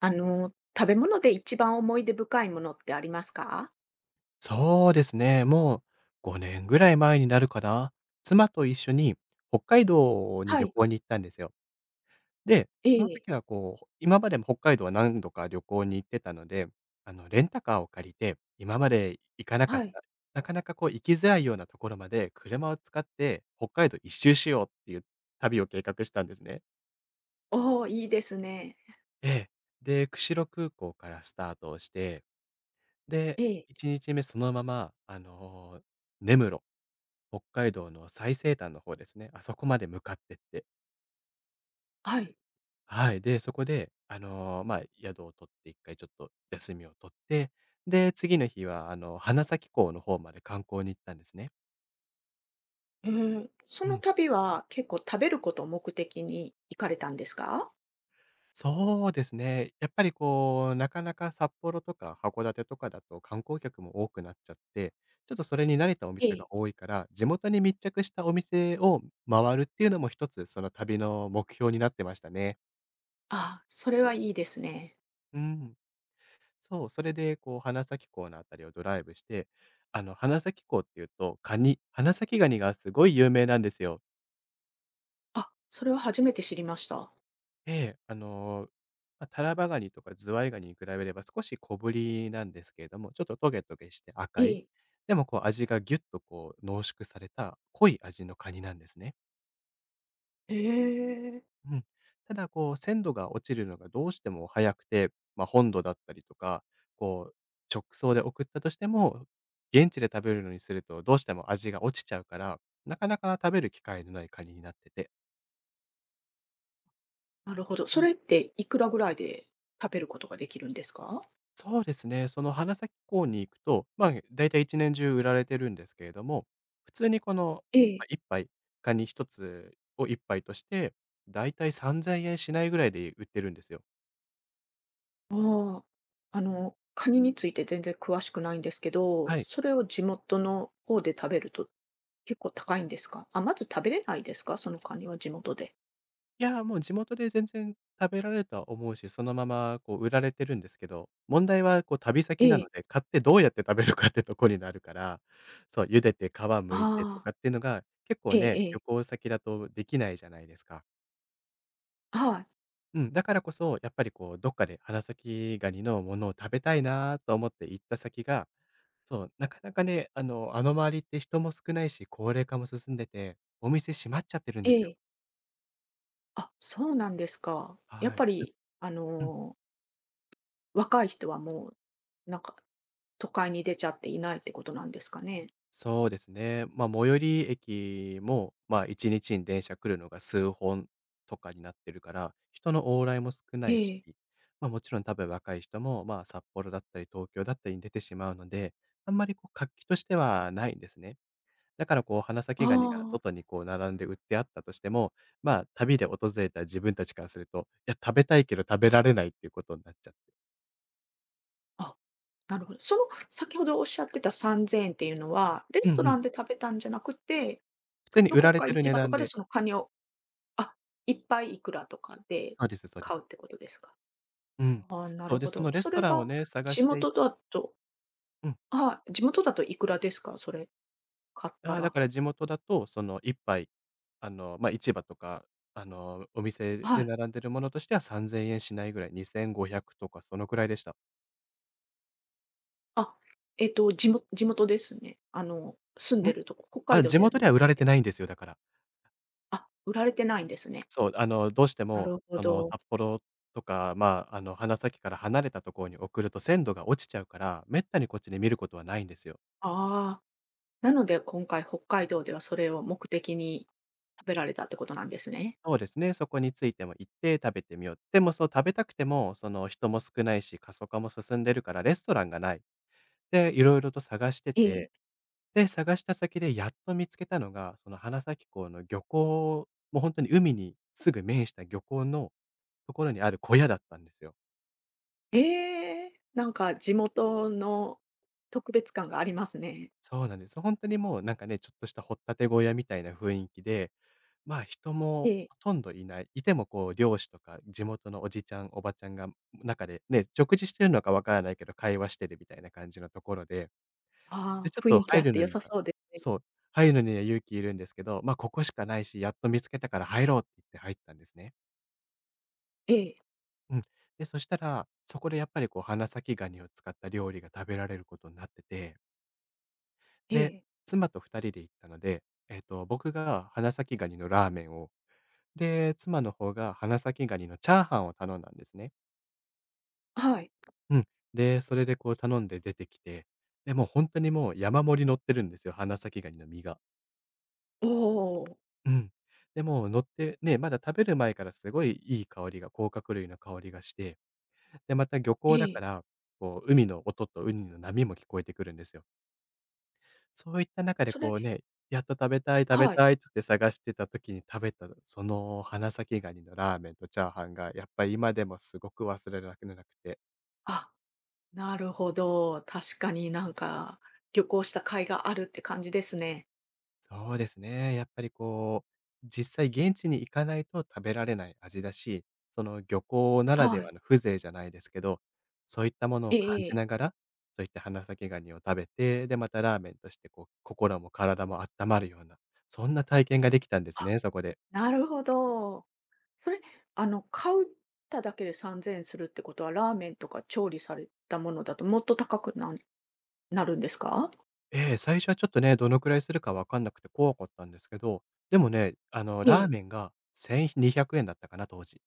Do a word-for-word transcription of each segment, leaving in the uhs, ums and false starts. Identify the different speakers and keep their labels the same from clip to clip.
Speaker 1: あの、食べ物で一番思い出深いものってありますか？
Speaker 2: そうですね。もうごねんぐらい前になるかな。妻と一緒に北海道に
Speaker 1: は
Speaker 2: 旅
Speaker 1: い、
Speaker 2: 行に行ったんですよ。で、
Speaker 1: え
Speaker 2: その
Speaker 1: え、
Speaker 2: 時はこう、今までも北海道は何度か旅行に行ってたので、あの、レンタカーを借りて、今まで行かなかっ
Speaker 1: はい。
Speaker 2: た、なかなかこう行きづらいようなところまで車を使って北海道一周しようっていう旅を計画したんですね。
Speaker 1: おお、いいですね。
Speaker 2: ええ。で、釧路空港からスタートをして、で、
Speaker 1: ええ、
Speaker 2: いちにちめそのまま、あの、根室、北海道の最西端の方ですね、あそこまで向かってって、
Speaker 1: はい。
Speaker 2: はい、で、そこで、あの、まあ、宿を取っていっかいちょっと休みを取って、で、次の日は、あの、花咲港の方まで観光に行ったんですね。
Speaker 1: うーん、その旅は結構食べることを目的に行かれたんですか？
Speaker 2: そうですね。やっぱりこう、なかなか札幌とか函館とかだと観光客も多くなっちゃって、ちょっとそれに慣れたお
Speaker 1: え
Speaker 2: 店
Speaker 1: え。
Speaker 2: が多いから、地元に密着したお店を回るっていうのも一つ、その旅の目標になってましたね。
Speaker 1: ああ、それはいいですね。
Speaker 2: うん。そう、それでこう、花咲港のあたりをドライブして、あの、花咲港っていうと、カニ、花咲ガニがすごい有名なんですよ。
Speaker 1: あ、それは初めて知りました。
Speaker 2: ええ、あの、まあ、タラバガニとかズワイガニに比べれば少し小ぶりなんですけれども、ちょっとトゲトゲして
Speaker 1: え
Speaker 2: 赤い、
Speaker 1: え。
Speaker 2: でもこう味がギュッとこう濃縮された濃い味のカニなんですね。
Speaker 1: へえ、
Speaker 2: うん。ただこう鮮度が落ちるのがどうしても早くて、まあ、本土だったりとか、こう直送で送ったとしても、現地で食べるのにするとどうしても味が落ちちゃうから、なかなか食べる機会のないカニになってて。
Speaker 1: なるほど。それっていくらぐらいで食べることができるんですか？
Speaker 2: そうですね。その花咲港に行くと、まあ、だいたい一年中売られてるんですけれども、普通にこの、
Speaker 1: え
Speaker 2: ま、
Speaker 1: え。
Speaker 2: いっぱい、カニひとつをいっぱいとして、だいたいさんぜんえんしないぐらいで売ってるんですよ。
Speaker 1: ああ、あの、カニについて全然詳しくないんですけど、
Speaker 2: はい。
Speaker 1: それを地元の方で食べると結構高いんですか？あ、まず食べれないですか？そのカニは地元で。
Speaker 2: いや、もう地元で全然食べられるとは思うし、そのままこう売られてるんですけど、問題はこう旅
Speaker 1: え
Speaker 2: 先なの
Speaker 1: え、
Speaker 2: で、買ってどうやって食べるかってとこになるから、そう、茹でて皮剥いてと
Speaker 1: ああ、
Speaker 2: かっていうのが、結構
Speaker 1: ええ
Speaker 2: ね、
Speaker 1: え
Speaker 2: 旅
Speaker 1: え、
Speaker 2: 行先だとできないじゃないですか。
Speaker 1: はい、
Speaker 2: うん、だからこそ、やっぱりこう、どっかで花咲ガニのものを食べたいなと思って行った先が、そう、なかなかね、あの、あの周りって人も少ないし、高齢化も進んでて、お店閉まっちゃってるんで
Speaker 1: え
Speaker 2: すよ。
Speaker 1: え。あ、そうなんですか。やっ
Speaker 2: は
Speaker 1: ぱ
Speaker 2: い。
Speaker 1: り、あ
Speaker 2: うん。
Speaker 1: の、若い人はもう、なんか、都会に出ちゃっていないってことなんですかね？
Speaker 2: そうですね。まあ、最寄り駅も、まあ、いちにちにちに電車来るのが数本とかになってるから、人の往来も少な
Speaker 1: え
Speaker 2: いし、
Speaker 1: え、
Speaker 2: まあ、もちろん多分若い人も、まあ、札幌だったり東京だったりに出てしまうので、あんまりこう活気としてはないんですね。だからこう、花咲ガニが
Speaker 1: あ
Speaker 2: 外にこう並んで売ってあったとしても、まあ、旅で訪れた自分たちからすると、いや、食べたいけど食べられないっていうことになっちゃって。
Speaker 1: あ、あ、なるほど。その先ほどおっしゃってたさんぜんえんっていうのは、レ
Speaker 2: う
Speaker 1: スト
Speaker 2: んう
Speaker 1: ラ
Speaker 2: ん。
Speaker 1: ンで食べたんじゃなくて、
Speaker 2: 普通に
Speaker 1: ど
Speaker 2: 売
Speaker 1: こ
Speaker 2: られ
Speaker 1: か
Speaker 2: てる
Speaker 1: 市
Speaker 2: 値
Speaker 1: 場と
Speaker 2: 段
Speaker 1: かで
Speaker 2: で、
Speaker 1: そのカニを、あ、いっぱいいくらとかで
Speaker 2: そうですそうで
Speaker 1: 買う
Speaker 2: す。
Speaker 1: ってことですか？
Speaker 2: うん。
Speaker 1: ああ、な
Speaker 2: そう
Speaker 1: る
Speaker 2: で、
Speaker 1: ほ
Speaker 2: そ
Speaker 1: ど。
Speaker 2: のレ
Speaker 1: そ
Speaker 2: スト
Speaker 1: れ
Speaker 2: ランを
Speaker 1: が
Speaker 2: ね、探
Speaker 1: 地
Speaker 2: してい、
Speaker 1: 元だと、
Speaker 2: うん。
Speaker 1: はい、地元だといくらですか？それ買っ
Speaker 2: あ
Speaker 1: た
Speaker 2: あ、だ
Speaker 1: ら。
Speaker 2: から地元だと、そのいっぱい、あの、ま、市場とか、あの、お店
Speaker 1: は
Speaker 2: で
Speaker 1: い。
Speaker 2: 並んでるものとしてはさんぜんえんしないぐらい、にせんごひゃくとかそのくらいでした。
Speaker 1: あ、えっと、地も地元ですね。あの、住ん
Speaker 2: う
Speaker 1: で
Speaker 2: ん？
Speaker 1: るとこ、北海
Speaker 2: あ、
Speaker 1: 道
Speaker 2: 地
Speaker 1: では
Speaker 2: 元で
Speaker 1: な
Speaker 2: は売
Speaker 1: く
Speaker 2: られ
Speaker 1: て。
Speaker 2: てないんですよ、だから。
Speaker 1: あ、売られてないんですね。
Speaker 2: そう、あの、どうして
Speaker 1: な
Speaker 2: も、
Speaker 1: るほ
Speaker 2: その、
Speaker 1: ど。
Speaker 2: 札幌とか、まあ、あの、花咲から離れたところに送ると鮮度が落ちちゃうから、めったにこっちで見ることはないんですよ。
Speaker 1: ああ、なので今回北海道ではそれを目的に食べられたってことなんですね。
Speaker 2: そうですね、そこについても行って食べてみよう。でもそう、食べたくても、その、人も少ないし、過疎化も進んでるからレストランがない。で、いろいろと探して
Speaker 1: え
Speaker 2: て、
Speaker 1: え
Speaker 2: で、探した先でやっと見つけたのが、その、花咲港の漁港、もう本当に海にすぐ面した漁港のところにある小屋だったんですよ。
Speaker 1: ええ、なんか地元の特別感がありますね。
Speaker 2: そうなんです。本当にもうなんかね、ちょっとした掘ったて小屋みたいな雰囲気で、まあ、人
Speaker 1: え
Speaker 2: もほ
Speaker 1: え。
Speaker 2: とんどいない。いてもこう漁師とか地元のおじちゃん、おばちゃんが中でね、食事してるのかわからないけど、会話してるみたいな感じのところで、で、
Speaker 1: ああ、
Speaker 2: ちょっ
Speaker 1: 雰
Speaker 2: と
Speaker 1: 囲気
Speaker 2: 入
Speaker 1: あっ
Speaker 2: る
Speaker 1: て
Speaker 2: の
Speaker 1: 良
Speaker 2: に
Speaker 1: さ
Speaker 2: は
Speaker 1: そうですね。
Speaker 2: そう、入るのには勇気いるんですけど、ま、あここしかないし、やっと見つけたから入ろうって言って入ったんですね。
Speaker 1: ええ、
Speaker 2: うん。で、そしたら、そこでやっぱりこう花咲ガニを使った料理が食べられることになってて、
Speaker 1: え
Speaker 2: で、
Speaker 1: え、
Speaker 2: 妻とふたりで行ったので、えっと、僕が花咲ガニのラーメンを、で、妻の方が花咲ガニのチャーハンを頼んだんですね。
Speaker 1: はい。
Speaker 2: うん。で、それでこう頼んで出てきて、で、もう本当にもう山盛り乗ってるんですよ、花咲ガニの身が。
Speaker 1: おお、
Speaker 2: うん。で、もう乗ってね、まだ食べる前からすごいいい香りが、甲殻類の香りがして、で、また漁
Speaker 1: え
Speaker 2: 港だか
Speaker 1: え。
Speaker 2: ら、こう海の音と海の波も聞こえてくるんですよ。そういった中で
Speaker 1: それ、
Speaker 2: こうね、やっと食べたい食べ
Speaker 1: はい。
Speaker 2: たいっつって探してた時に食べた、その花咲ガニのラーメンとチャーハンが、やっぱり今でもすごく忘れられなくて。
Speaker 1: あ、なるほど。確かになんか、旅行した甲斐があるって感じですね。
Speaker 2: そうですね、やっぱりこう、実際現地に行かないと食べられない味だし、その漁港ならで
Speaker 1: はい。
Speaker 2: はの風情じゃないですけど、そういったもの
Speaker 1: え
Speaker 2: を
Speaker 1: え
Speaker 2: 感
Speaker 1: え
Speaker 2: じ
Speaker 1: え。
Speaker 2: ながら、そういった花咲ガニを食べて、で、またラーメンとしてこう、心も体も温まるような、そんな体験ができたんです
Speaker 1: あ、
Speaker 2: ね、そこで。
Speaker 1: なるほど。それ、あの、買うただけでさんぜんえんするってことは、ラーメンとか調理されたものだともっと高くなんなるんですか？
Speaker 2: ええ、最初はちょっとね、どのくらいするかわかんなくて怖かったんですけど、でもね、あの、
Speaker 1: え
Speaker 2: ラー
Speaker 1: え。
Speaker 2: メンがせんにひゃくえんだったかな、当時。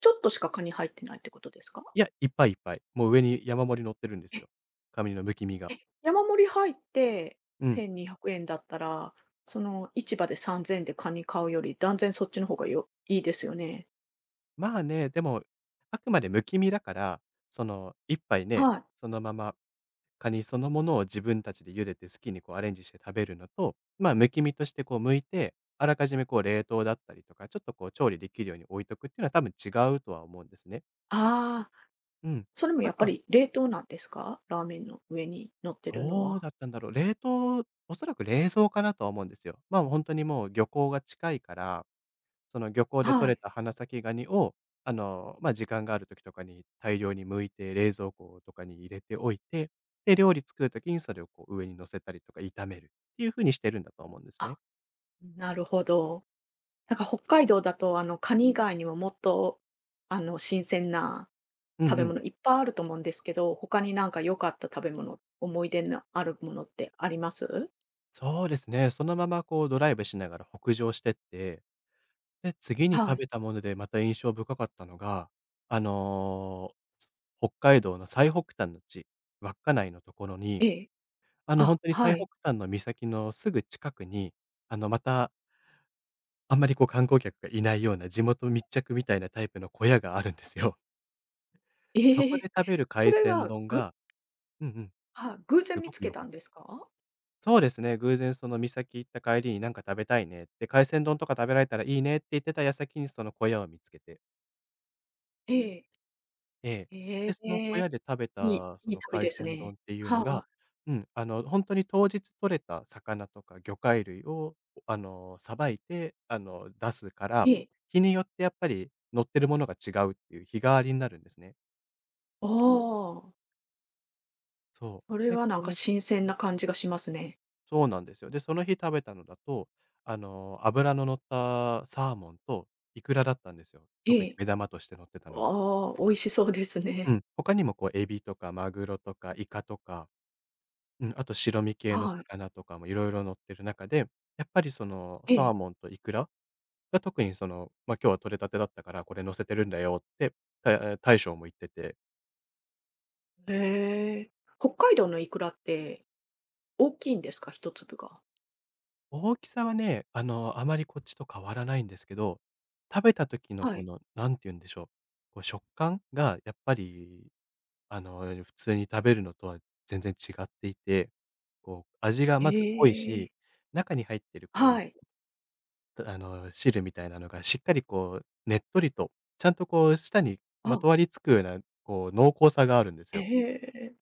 Speaker 1: ちょっとしかカニ入ってないってことですか？
Speaker 2: いや、いっぱいいっぱい。もう上に山盛り乗ってるんですよ。カニのむき身が。
Speaker 1: 山盛り入って
Speaker 2: うん。
Speaker 1: せんにひゃくえんだったら、その市場でさんぜんえんでカニ買うより断然そっちの方がよいいですよね。
Speaker 2: まあね、でも、あくまでむき身だから、その、一杯ね、
Speaker 1: はい。
Speaker 2: そのままカニそのものを自分たちで茹でて好きにこうアレンジして食べるのと、まあ、むき身としてこう剥いて、あらかじめこう冷凍だったりとか、ちょっとこう調理できるように置いとくっていうのは多分違うとは思うんですね。
Speaker 1: ああ、
Speaker 2: うん。
Speaker 1: それも
Speaker 2: あ
Speaker 1: やっぱ
Speaker 2: と
Speaker 1: り冷凍なんですか？ラーメンの上に乗ってるの
Speaker 2: どう
Speaker 1: は。
Speaker 2: だったんだろう。冷凍、おそらく冷蔵化だとは思うんですよ。まあ、本当にもう漁港が近いから、その漁港で
Speaker 1: は
Speaker 2: 取れ
Speaker 1: い。
Speaker 2: た花咲ガニを、あの、ま、時間がある時とかに大量に剥いて、冷蔵庫とかに入れておいて、で、料理作る時にそれをこう上に乗せたりとか炒めるっていう風にしてるんだと思うんです
Speaker 1: あ、
Speaker 2: ね。
Speaker 1: なるほど。なんか北海道だとあのカニ以外にももっとあの新鮮な
Speaker 2: う
Speaker 1: 食
Speaker 2: んう
Speaker 1: べ
Speaker 2: ん。
Speaker 1: 物いっぱいあると思うんですけど、他になんか良かった食べ物、思い出のあるものってあります？
Speaker 2: そうですね。そのままこうドライブしながら北上してって、で、次に
Speaker 1: は
Speaker 2: 食
Speaker 1: い。
Speaker 2: べたものでまた印象深かったのが、あの、北海道の最北端の地、稚内のところに、
Speaker 1: ええ、
Speaker 2: あの、ほん
Speaker 1: あ、
Speaker 2: とに最
Speaker 1: は
Speaker 2: 北
Speaker 1: い。
Speaker 2: 端の岬のすぐ近くに、あの、また、あんまりこう観光客がいないような地元密着みたいなタイプの小屋があるんですよ。そ
Speaker 1: え
Speaker 2: こで
Speaker 1: え。
Speaker 2: 食べる
Speaker 1: そ
Speaker 2: 海
Speaker 1: れ
Speaker 2: 鮮
Speaker 1: は、
Speaker 2: 丼
Speaker 1: ぐ
Speaker 2: が、うんうん、
Speaker 1: は偶然
Speaker 2: す
Speaker 1: 見
Speaker 2: ご
Speaker 1: つ
Speaker 2: く
Speaker 1: け
Speaker 2: 良
Speaker 1: た
Speaker 2: かっ
Speaker 1: んですか？
Speaker 2: そうですね、偶然その岬行った帰りに「なんか食べたいね」って「海鮮丼とか食べられたらいいね」って言ってた矢先にその小屋を見つけて、
Speaker 1: ええ。
Speaker 2: ええ。
Speaker 1: え
Speaker 2: で、その
Speaker 1: え、
Speaker 2: 小屋で食べ
Speaker 1: いい
Speaker 2: たそ
Speaker 1: いい
Speaker 2: の
Speaker 1: 旅
Speaker 2: 海
Speaker 1: です
Speaker 2: 鮮
Speaker 1: ね。
Speaker 2: 丼っていうのが、
Speaker 1: は
Speaker 2: うん、あの、ほんとに当日取れた魚とか魚介類を、あの、さばいて、あの、出すから、
Speaker 1: い。ええ。
Speaker 2: 日によってやっぱり乗ってるものが違うっていう日替わりになるんですね。
Speaker 1: ああ、
Speaker 2: そ
Speaker 1: それ
Speaker 2: う。で、
Speaker 1: はなん
Speaker 2: そ
Speaker 1: か
Speaker 2: の
Speaker 1: 新鮮な感じがしますね。
Speaker 2: そうなんですよ。で、その日食べたのだと、あの、脂の乗ったサーモンとイクラだったんですよ。
Speaker 1: え
Speaker 2: 特に
Speaker 1: え。
Speaker 2: 目玉として乗ってたのが。
Speaker 1: ああ、美味しそうです
Speaker 2: う
Speaker 1: ね。
Speaker 2: ん。他にもこうエビとかマグロとかイカとか、うん、あと白身系の
Speaker 1: はい。
Speaker 2: 魚とかもいろいろ乗ってる中で、やっぱりその
Speaker 1: え
Speaker 2: サー
Speaker 1: え。
Speaker 2: モンとイクラが特にその、まあ、今日は取れたてだったからこれ乗せてるんだよって、たえ、大将も言ってて、
Speaker 1: へえ。北海道のイクラって大きいんですか一粒が。
Speaker 2: 大きさはね、あの、あまりこっちと変わらないんですけど、食べた時の
Speaker 1: は
Speaker 2: こ
Speaker 1: い。
Speaker 2: のなんて言うんでしょう、こう食感がやっぱり、あの、普通に食べるのとは全然違っていて、こう味が
Speaker 1: え
Speaker 2: まず濃い
Speaker 1: え。
Speaker 2: し、中に入ってるこう、
Speaker 1: はい。
Speaker 2: あの、汁みたいなのがしっかりこう、ねっとりと、ちゃんとこう舌にま
Speaker 1: あ、
Speaker 2: とわりつくような、こう、濃厚さがあるんです
Speaker 1: へ
Speaker 2: よ。
Speaker 1: え。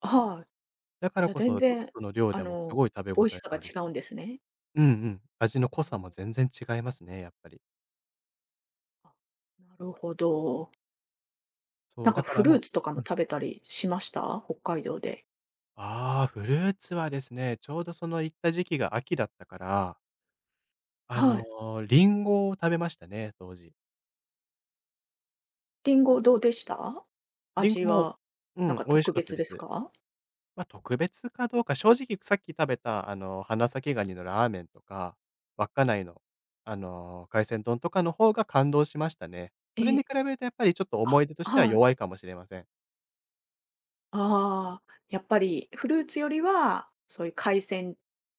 Speaker 1: はい。
Speaker 2: だ
Speaker 1: あ、
Speaker 2: か
Speaker 1: じ
Speaker 2: ら
Speaker 1: ゃ、
Speaker 2: こ
Speaker 1: 全
Speaker 2: そ、ちょっ
Speaker 1: 然、
Speaker 2: との量
Speaker 1: あ
Speaker 2: でもす
Speaker 1: の、
Speaker 2: ごい食べ
Speaker 1: 美
Speaker 2: 応
Speaker 1: 味
Speaker 2: え
Speaker 1: し
Speaker 2: が
Speaker 1: さが
Speaker 2: あるし、
Speaker 1: 違うんですね。
Speaker 2: うんうん、味の濃さも全然違いますね、やっぱり。
Speaker 1: あ、なるほど。
Speaker 2: そ
Speaker 1: なん
Speaker 2: う、
Speaker 1: か
Speaker 2: だか
Speaker 1: フ
Speaker 2: ら
Speaker 1: ルー
Speaker 2: も
Speaker 1: ツとか
Speaker 2: う、
Speaker 1: も
Speaker 2: うん。
Speaker 1: 食べたりしました？北海道で。
Speaker 2: ああ、フルーツはですね、ちょうどその行った時期が秋だったから、あ
Speaker 1: はい。
Speaker 2: の、リンゴを食べましたね、当時。
Speaker 1: リンゴどうでした？
Speaker 2: リン
Speaker 1: 味
Speaker 2: ゴも、
Speaker 1: は、
Speaker 2: う
Speaker 1: なん
Speaker 2: ん、
Speaker 1: か
Speaker 2: 美味し
Speaker 1: 特
Speaker 2: かった
Speaker 1: 別
Speaker 2: で
Speaker 1: です
Speaker 2: す。
Speaker 1: か？
Speaker 2: まあ、特別かどうか、正直さっき食べた、あの、花咲ガニのラーメンとか、稚内の、あの、海鮮丼とかの方が感動しましたね。それ
Speaker 1: え
Speaker 2: に
Speaker 1: え。
Speaker 2: 比べるとやっぱりちょっと
Speaker 1: あ、
Speaker 2: 思い出としては
Speaker 1: はい。
Speaker 2: 弱いかもしれません。
Speaker 1: ああ、やっぱりフルーツよりは、そういう海鮮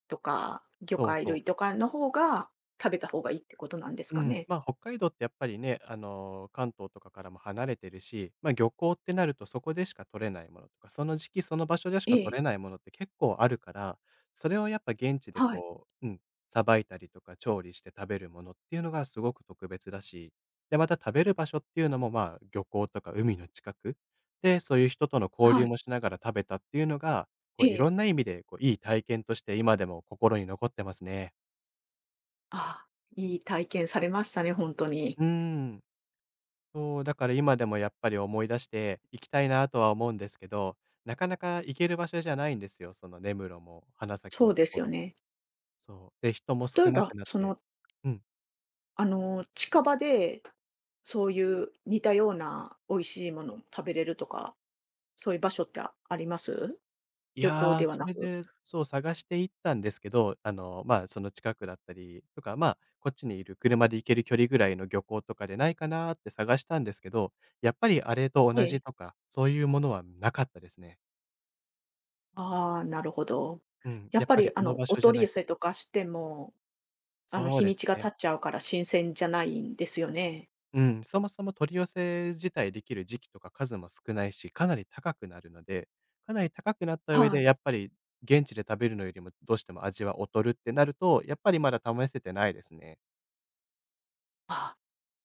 Speaker 1: とか魚
Speaker 2: そう
Speaker 1: 介
Speaker 2: そう。
Speaker 1: 類とかの方が、食べた方がいいってことなんです
Speaker 2: う
Speaker 1: か
Speaker 2: ん、
Speaker 1: ね？
Speaker 2: まあ、北海道ってやっぱりね、あの、関東とかからも離れてるし、まあ、漁港ってなるとそこでしか取れないものとか、その時期その場所でし
Speaker 1: え
Speaker 2: か
Speaker 1: え、
Speaker 2: 取れないものって結構あるから、それをやっぱ現地で
Speaker 1: はい、
Speaker 2: こう、うん、さばいたりとか調理して食べるものっていうのがすごく特別だし、で、また食べる場所っていうのも、まあ、漁港とか海の近くで、そういう人との交
Speaker 1: は
Speaker 2: 流
Speaker 1: い、
Speaker 2: もしながら食べたっていうのが、こういろ
Speaker 1: え
Speaker 2: ん
Speaker 1: え。
Speaker 2: な意味でこういい体験として今でも心に残ってますね。
Speaker 1: ああ、いい体験されましたね、本当に。
Speaker 2: うーん。そう、だから今でもやっぱり思い出して行きたいなとは思うんですけど、なかなか行ける場所じゃないんですよ、その根室も花咲
Speaker 1: そう
Speaker 2: のと
Speaker 1: です
Speaker 2: こ
Speaker 1: よ
Speaker 2: ろも。
Speaker 1: ね。
Speaker 2: そう、で、人も
Speaker 1: 例
Speaker 2: 少
Speaker 1: え
Speaker 2: な
Speaker 1: ば、
Speaker 2: くなっ
Speaker 1: そ
Speaker 2: て、
Speaker 1: の
Speaker 2: うん。
Speaker 1: あの、近場で、そういう似たような美味しいもの食べれるとか、そういう場所ってああります
Speaker 2: い
Speaker 1: 旅行
Speaker 2: やー、
Speaker 1: では
Speaker 2: そ
Speaker 1: な
Speaker 2: れ
Speaker 1: く。
Speaker 2: で、そう、探して行ったんですけど、あの、まあ、その近くだったりとか、まあ、こっちにいる車で行ける距離ぐらいの漁港とかでないかなーって探したんですけど、やっぱりあれと
Speaker 1: え
Speaker 2: 同じ
Speaker 1: え。
Speaker 2: とか、そういうものはなかったですね。
Speaker 1: ああ、なるほど。
Speaker 2: うん、
Speaker 1: やっ
Speaker 2: やっ
Speaker 1: ぱ
Speaker 2: ぱ
Speaker 1: り
Speaker 2: り
Speaker 1: あ
Speaker 2: あの
Speaker 1: の、
Speaker 2: 場
Speaker 1: お
Speaker 2: 所じゃ
Speaker 1: 取
Speaker 2: な
Speaker 1: り
Speaker 2: い、
Speaker 1: 寄せとかしても、あの、
Speaker 2: そう
Speaker 1: 日
Speaker 2: で
Speaker 1: に
Speaker 2: す
Speaker 1: ちが経
Speaker 2: ね。
Speaker 1: っちゃうから新鮮じゃないんですよね。
Speaker 2: うん、そもそも取り寄せ自体できる時期とか数も少ないし、かなり高くなるので、かなり高くなった上
Speaker 1: は
Speaker 2: で、
Speaker 1: い。
Speaker 2: やっぱり現地で食べるのよりもどうしても味は劣るってなると、やっぱりまだ試せてないですね。
Speaker 1: あ、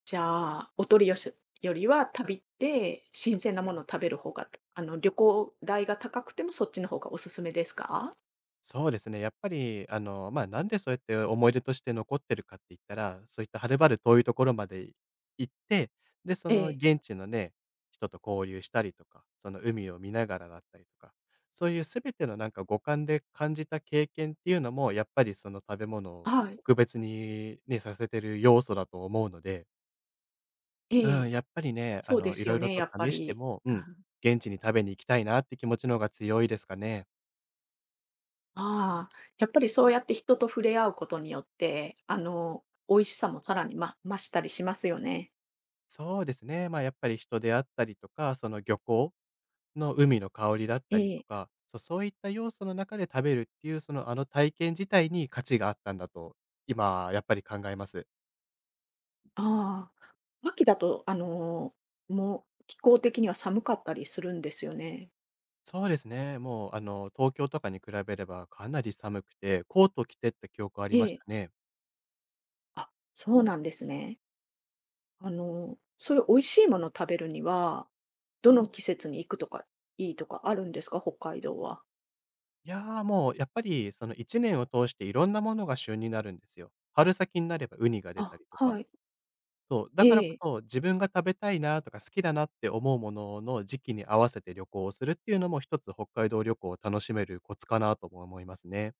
Speaker 1: じゃあ、お取り寄せよりは旅って新鮮なものを食べる方が、あの、旅行代が高くてもそっちの方がおすすめですか？
Speaker 2: そうですね。やっぱり、あの、まあ、なんでそうやって思い出として残ってるかって言ったら、そういったはるばる遠いところまで行って、で、そ
Speaker 1: え
Speaker 2: の
Speaker 1: え。
Speaker 2: 現地のね、人と交流したりとか、その海を見ながらだったりとか、そういうすべてのなんか五感で感じた経験っていうのも、やっぱりその食べ物を
Speaker 1: はい。
Speaker 2: 特別にね、させてる要素だと思うので、
Speaker 1: え
Speaker 2: うん、
Speaker 1: え。
Speaker 2: やっぱりね、あ
Speaker 1: そうで
Speaker 2: の、い
Speaker 1: す
Speaker 2: ろ
Speaker 1: よ
Speaker 2: いろ
Speaker 1: ね、
Speaker 2: と
Speaker 1: やっぱ
Speaker 2: 試して
Speaker 1: り。
Speaker 2: も、う
Speaker 1: う
Speaker 2: ん、
Speaker 1: ん、
Speaker 2: 現地に食べに行きたいなって気持ちの方が強いですかね。
Speaker 1: ああ、やっぱりそうやって人と触れ合うことによって、あの、美味しさもさらに、ま、増したりしますよね。
Speaker 2: そうですね。まあ、やっぱり人であったりとか、その漁港の海の香りだったり
Speaker 1: え
Speaker 2: と
Speaker 1: え。
Speaker 2: か、そうそういった要素の中で食べるっていう、そのあの体験自体に価値があったんだと、今やっぱり考えます。
Speaker 1: ああ、秋だと、あの、もう気候的には寒かったりするんですよね。
Speaker 2: そうですね。もうあの東京とかに比べればかなり寒くて、コート着てった記憶あ
Speaker 1: え
Speaker 2: りまし
Speaker 1: え。
Speaker 2: たね。
Speaker 1: あ、そうなんですね。あの、そういう美味しいもの食べるには、どの季節に行くとかいいとかあるんですか？北海道は。
Speaker 2: いや、もうやっぱりそのいちねんを通していろんなものが旬になるんですよ。春先になればウニが出た
Speaker 1: あ、
Speaker 2: りとか。
Speaker 1: はい。
Speaker 2: そう、だ
Speaker 1: え
Speaker 2: からこ
Speaker 1: え。
Speaker 2: そ、自分が食べたいなとか好きだなって思うものの時期に合わせて旅行をするっていうのも一つ北海道旅行を楽しめるコツかなとも思いますね。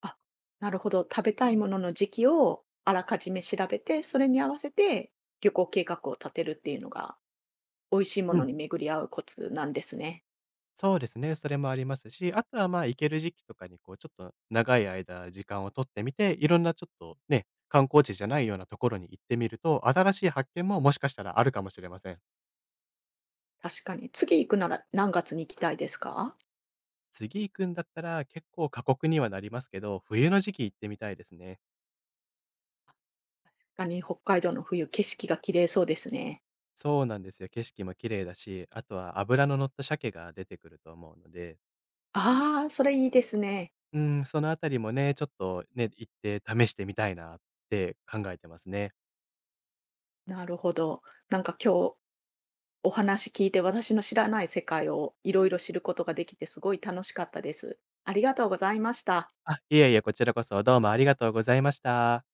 Speaker 1: あ、なるほど。食べたいものの時期をあらかじめ調べて、それに合わせて旅行計画を立てるっていうのが、美味しいも
Speaker 2: う
Speaker 1: の
Speaker 2: ん、
Speaker 1: に巡り合うコツなんですね。
Speaker 2: そうですね、それもありますし、あとはまあ行ける時期とかにこうちょっと長い間時間を取ってみて、いろんなちょっとね、観光地じゃないようなところに行ってみると、新しい発見ももしかしたらあるかもしれません。
Speaker 1: 確かに。次行くなら何月に行きたいですか？
Speaker 2: 次行くんだったら結構過酷にはなりますけど、冬の時期行ってみたいですね。
Speaker 1: 確かに、北海道の冬、景色が綺麗そうですね。
Speaker 2: そうなんですよ。景色も綺麗だし、あとは脂の乗った鮭が出てくると思うので、
Speaker 1: ああ、それいいですね。
Speaker 2: うん、そのあたりもね、ちょっとね、行って試してみたいなって考えてますね。
Speaker 1: なるほど。なんか今日お話聞いて、私の知らない世界をいろいろ知ることができて、すごい楽しかったです。ありがとうございました。
Speaker 2: あ、いえいえ、こちらこそどうもありがとうございました。